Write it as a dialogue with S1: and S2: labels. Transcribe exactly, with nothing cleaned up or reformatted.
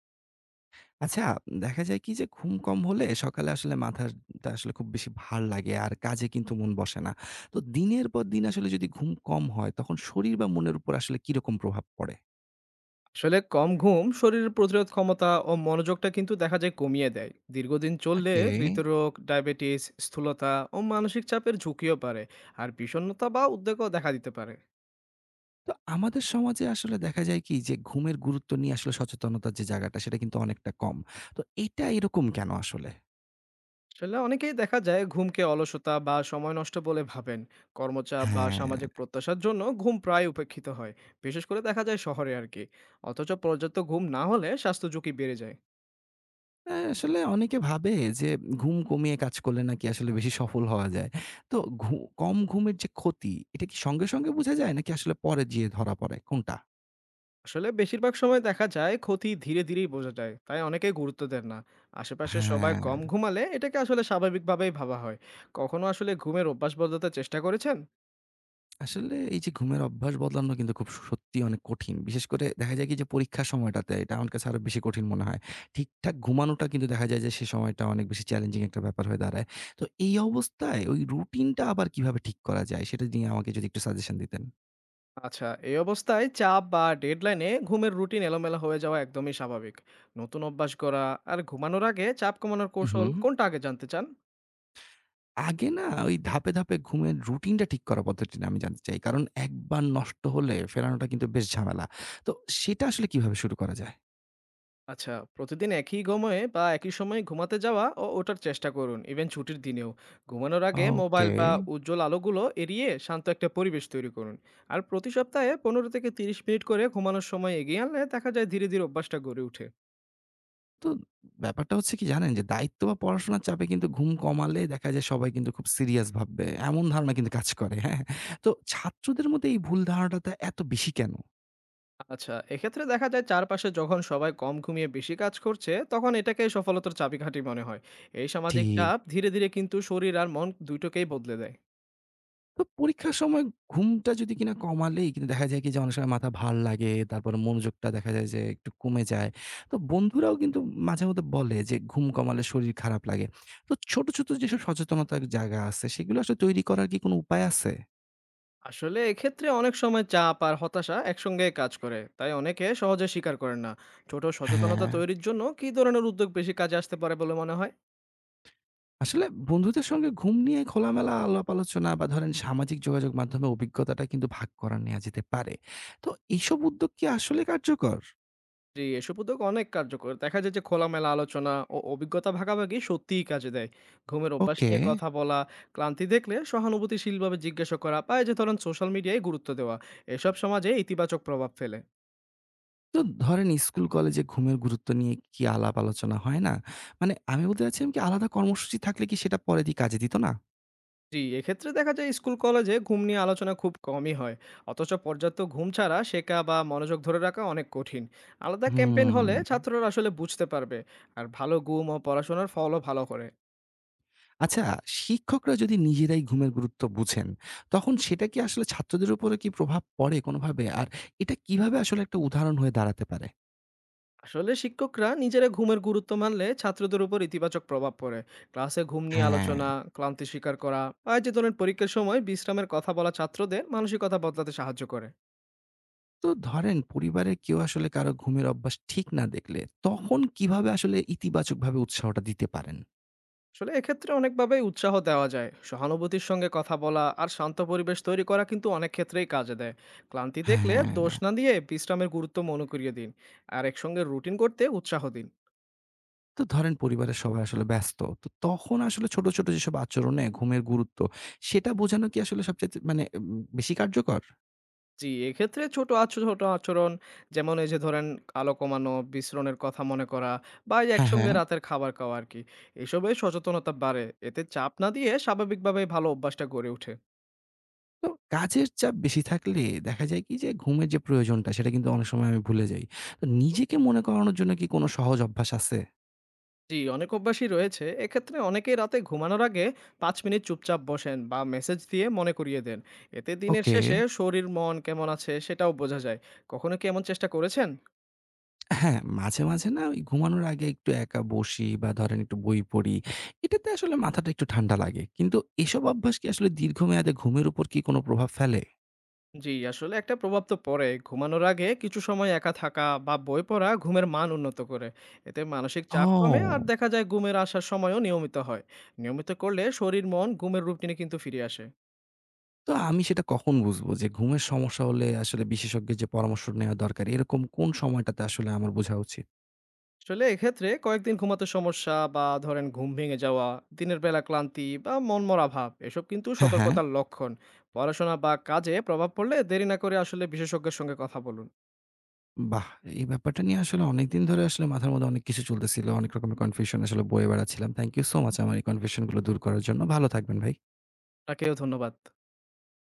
S1: আচ্ছা, দেখা যায় কি যে ঘুম কম হলে সকালে আসলে মাথাটা আসলে খুব বেশি ভার লাগে আর কাজে কিন্তু মন বসে না। তো দিনের পর দিন আসলে যদি ঘুম কম হয় তখন শরীর বা মনের উপর আসলে কিরকম প্রভাব পড়ে?
S2: আসলে কম ঘুম শরীরের প্রতিরোধ ক্ষমতা ও মনোযোগটা কিন্তু দেখা যায় কমিয়ে দেয়। দীর্ঘদিন চললে
S1: ওকে।
S2: হৃদরোগ, ডায়াবেটিস, স্থূলতা ও মানসিক চাপের ঝুঁকিও পারে। আর বিষণ্ণতা বা উদ্বেগও দেখা দিতে পারে।
S1: তো আমাদের সমাজে আসলে দেখা যায় কি যে ঘুমের গুরুত্ব নিয়ে আসলে সচেতনতার যে জায়গাটা সেটা কিন্তু অনেকটা কম। তো এটা এরকম কেন আসলে?
S2: আসলে অনেকেই দেখা যায় ঘুমকে অলসতা বা সময় নষ্ট বলে ভাবেন। কর্মচাপ বা সামাজিক
S1: হ্যাঁ।
S2: প্রত্যাশার জন্য ঘুম প্রায় উপেক্ষিত হয়। বিশেষ করে দেখা যায় শহরে আর কি। অথচ পর্যাপ্ত ঘুম না হলে স্বাস্থ্য ঝুঁকি বেড়ে যায়।
S1: অ্যা আসলে অনেকে ভাবে যে ঘুম কমিয়ে কাজ করলে নাকি আসলে বেশি সফল হওয়া যায়। তো ঘু কম ঘুমের যে ক্ষতি, এটা কি সঙ্গে, সঙ্গে বোঝা যায় নাকি আসলে পরে যেয়ে ধরা পড়ে কোনটা?
S2: আসলে বেশিরভাগ সময় দেখা যায় ক্ষতি ধীরে ধীরেই বোঝা যায়, তাই অনেকে গুরুত্ব দেন না। আশেপাশে সবাই
S1: হ্যাঁ,
S2: কম ঘুমালে এটাকে আসলে স্বাভাবিকভাবেই ভাবা হয়। কখনো আসলে ঘুমের অভ্যাস বদলাতে চেষ্টা করেছেন?
S1: আসলে এই যে ঘুমের অভ্যাস বদলানো কিন্তু খুব সত্যিই অনেক কঠিন। বিশেষ করে দেখা যায় কি যে পরীক্ষার সময়টাতে এটা আমার কাছে আরো বেশি কঠিন মনে হয়। ঠিকঠাক ঘুমানোটা কিন্তু দেখা যায় যে সে সময়টা অনেক বেশি চ্যালেঞ্জিং একটা ব্যাপার হয়ে দাঁড়ায়। তো এই অবস্থায় ওই রুটিনটা আবার কিভাবে ঠিক করা যায় সেটা নিয়ে আমাকে যদি একটু সাজেশন দিতেন।
S2: আচ্ছা, এই অবস্থায় চাপ বা ডেডলাইনে ঘুমের রুটিন এলোমেলো হয়ে যাওয়া একদমই স্বাভাবিক। নতুন অভ্যাস করা আর ঘুমানোর আগে চাপ কমানোর
S1: হু, হু।
S2: কৌশল, কোনটা আগে জানতে চান?
S1: আগে না ওই ধাপে, ধাপে ঘুমের রুটিনটা ঠিক করার পদ্ধতিটা আমি জানতে চাই। কারণ একবার নষ্ট হলে ফেরানোটা কিন্তু বেশ ঝামেলা। তো সেটা আসলে কিভাবে শুরু করা যায়?
S2: আচ্ছা, প্রতিদিন একই সময়ে বা একই সময়ে ঘুমাতে যাওয়া ও ওঠার চেষ্টা করুন, ইভেন ছুটির দিনেও। ঘুমানোর আগে মোবাইল
S1: ওকে।
S2: বা উজ্জ্বল আলোগুলো এড়িয়ে শান্ত একটা পরিবেশ তৈরি করুন। আর প্রতি সপ্তাহে পনেরো থেকে তিরিশ মিনিট করে ঘুমানোর সময় এগিয়ে আনলে দেখা যায় ধীরে ধীরে অভ্যাসটা গড়ে ওঠে।
S1: তো ব্যাপারটা হচ্ছে কি জানেন যে দায়িত্ব বা পড়াশোনার চাপে কিন্তু ঘুম কমালে দেখা যায় সবাই কিন্তু খুব সিরিয়াস ভাববে। এমন ধারণা কিন্তু কাজ করে। হ্যাঁ? তো ছাত্রদের মধ্যে এই ভুল ধারণাটা এত বেশি কেন?
S2: আচ্ছা, এক্ষেত্রে দেখা যায় চারপাশে যখন সবাই কম ঘুমিয়ে বেশি কাজ করছে, তখন এটাকে সফলতার চাবিকাঠি মনে হয়। এই সামাজিক
S1: ঠিক।
S2: চাপ ধীরে ধীরে কিন্তু শরীর আর মন দুটোকেই বদলে দেয়।
S1: তো পরীক্ষার সময় ঘুমটা যদি কিনা কমালেই কিন্তু দেখা যায় কি যে অনেক সময় মাথা ভার লাগে, তারপরে মনোযোগটা দেখা যায় যে একটু কমে যায়। তো বন্ধুরাও কিন্তু মাঝেমধ্যে বলে যে ঘুম কমালে শরীর খারাপ লাগে। তো ছোট, ছোট যেসব সচেতনতার জায়গা আছে সেগুলো আসলে তৈরি করার কি কোনো উপায় আছে?
S2: আসলে এক্ষেত্রে অনেক সময় চাপ আর হতাশা একসঙ্গে কাজ করে, তাই অনেকে সহজে স্বীকার করেন না। ছোট সচেতনতা
S1: হ্যাঁ,
S2: তৈরির জন্য কি ধরনের উদ্যোগ বেশি কাজে আসতে পারে বলে মনে হয়?
S1: আসলে বন্ধুদের সঙ্গে ঘুম নিয়ে খোলামেলা আলাপ আলোচনা বা ধরেন সামাজিক যোগাযোগ মাধ্যমে অভিজ্ঞতাটা কিন্তু ভাগ করা নেয়া যেতে পারে। তো এইসব উদ্যোগ কি আসলে কার্যকর?
S2: যে এসব উদ্যোগ অনেক কার্যকর, দেখা যায় যে খোলামেলা আলোচনা ও অভিজ্ঞতা ভাগাভাগি সত্যিই কাজে দেয়। ঘুমের অভ্যাস
S1: ওকে।
S2: নিয়ে কথা বলা, ক্লান্তি দেখলে সহানুভূতিশীলভাবে জিজ্ঞাসা করা বা এই যে ধরেন সোশ্যাল মিডিয়ায় গুরুত্ব দেওয়া, এসব সমাজে ইতিবাচক প্রভাব ফেলে।
S1: তো ধরেন স্কুল কলেজে ঘুমের গুরুত্ব নিয়ে কি আলাপ আলোচনা হয় না? মানে আমি বলতে চাচ্ছিলাম কি আলাদা কর্মসূচি থাকলে কি সেটা পরে দিয়ে কাজে দিত না?
S2: জি, এক্ষেত্রে দেখা যায় স্কুল কলেজে ঘুম নিয়ে আলোচনা খুব কমই হয়। অথচ পর্যাপ্ত ঘুম ছাড়া শেখা বা মনোযোগ ধরে রাখা অনেক কঠিন। আলাদা ক্যাম্পেইন হলে
S1: হুম।
S2: ছাত্ররা আসলে বুঝতে পারবে। আর ভালো ঘুম ও পড়াশোনার ফলও ভালো করে।
S1: আচ্ছা, শিক্ষকরা যদি নিজেরাই ঘুমের গুরুত্ব বুঝেন, তখন সেটা কি আসলে ছাত্রদের উপরে কি প্রভাব পড়ে কোনোভাবে? আর এটা কিভাবে আসলে একটা উদাহরণ হয়ে দাঁড়াতে পারে?
S2: আসলে শিক্ষকরা নিজেরা ঘুমের গুরুত্ব মানলে ছাত্রদের উপর ইতিবাচক প্রভাব পড়ে। ক্লাসে ঘুম নিয়ে
S1: হ্যাঁ,
S2: আলোচনা, ক্লান্তি স্বীকার করা বা এই যে ধরনের পরীক্ষার সময় বিশ্রামের কথা বলা ছাত্রদের মানসিকতা বদলাতে সাহায্য করে।
S1: তো ধরেন পরিবারের কেউ আসলে কারো ঘুমের অভ্যাস ঠিক না দেখলে, তখন কিভাবে আসলে ইতিবাচকভাবে উৎসাহটা দিতে পারেন?
S2: আসলে এক্ষেত্রে অনেকভাবেই উৎসাহ দেওয়া যায়। সহানুভূতির সঙ্গে কথা বলা আর শান্ত পরিবেশ তৈরি করা কিন্তু অনেক ক্ষেত্রেই কাজে দেয়। ক্লান্তি
S1: হ্যাঁ।
S2: দেখলে
S1: হ্যাঁ,
S2: দোষ
S1: হ্যাঁ।
S2: না দিয়ে বিশ্রামের গুরুত্ব মনে করিয়ে দিন। আর একসঙ্গে রুটিন করতে উৎসাহ দিন।
S1: তো ধরেন পরিবারের সবাই আসলে ব্যস্ত। তো তখন আসলে ছোট, ছোট যেসব আচরণে ঘুমের গুরুত্ব, সেটা বোঝানো কি আসলে সবচাইতে মানে উম বেশি কার্যকর?
S2: জি, এক্ষেত্রে ছোট আচ- ছোট আচরণ, যেমন এই যে ধরেন আলো কমানো, বিশ্রণের কথা মনে করা বা এই
S1: হ্যাঁ, হ্যাঁ।
S2: একসঙ্গে রাতের খাবার খাওয়া আর কি, এসবে সচেতনতা বাড়ে। এতে চাপ না দিয়ে স্বাভাবিকভাবে ভালো অভ্যাসটা গড়ে ওঠে।
S1: তো কাজের চাপ বেশি থাকলে দেখা যায় কি যে ঘুমের যে প্রয়োজনটা, সেটা কিন্তু অনেক সময় আমি ভুলে যাই। তো নিজেকে মনে করানোর জন্য কি কোনো সহজ অভ্যাস আছে?
S2: জি, অনেক অভ্যাসই রয়েছে। এক্ষেত্রে অনেকেই রাতে ঘুমানোর আগে পাঁচ মিনিট চুপচাপ বসেন বা মেসেজ দিয়ে মনে করিয়ে দেন। এতে দিনের
S1: ওকে।
S2: শেষে শরীর মন কেমন আছে সেটাও বোঝা যায়। কখনো কি এমন চেষ্টা করেছেন?
S1: হ্যাঁ, মাঝে, মাঝে না ওই ঘুমানোর আগে একটু একা বসি বা ধরেন একটু বই পড়ি। এটাতে আসলে মাথাটা একটু ঠান্ডা লাগে। কিন্তু এসব অভ্যাস কি আসলে দীর্ঘমেয়াদে ঘুমের উপর কি কোনো প্রভাব ফেলে?
S2: জি, আসলে একটা প্রভাব তো পড়ে। ঘুমানোর আগে কিছু সময় একা থাকা বা বই পড়া ঘুমের মান উন্নত করে। এতে মানসিক চাপ কমে আর
S1: ও!
S2: দেখা যায় ঘুমের আসার সময়ও নিয়মিত হয়। নিয়মিত করলে শরীর মন ঘুমের রুটিনে কিন্তু ফিরে আসে।
S1: তো আমি সেটা কখন বুঝবো যে ঘুমের সমস্যা হলে আসলে বিশেষজ্ঞের যে পরামর্শ নেওয়া দরকার, এরকম কোন সময়টাতে আসলে আমার বোঝা উচিত?
S2: আসলে এক্ষেত্রে কয়েকদিন ঘুমাতে সমস্যা বা ধরেন ঘুম ভেঙে যাওয়া, দিনের বেলা ক্লান্তি বা মনমরা ভাব, এসব কিন্তু
S1: হ্যাঁ, হ্যাঁ।
S2: সতর্কতার লক্ষণ। পড়াশোনা বা কাজে প্রভাব পড়লে দেরি না করে আসলে বিশেষজ্ঞের সঙ্গে কথা বলুন।
S1: বাহ! এই ব্যাপারটা নিয়ে আসলে অনেকদিন ধরে আসলে মাথার মধ্যে অনেক কিছু চলতেছিল। অনেক রকমের কনফিউশন আসলে বয়ে বেড়াচ্ছিলাম। থ্যাংক ইউ সো মাচ আমার এই কনফিউশন গুলো দূর করার জন্য। ভালো থাকবেন ভাই।
S2: তাকেও ধন্যবাদ।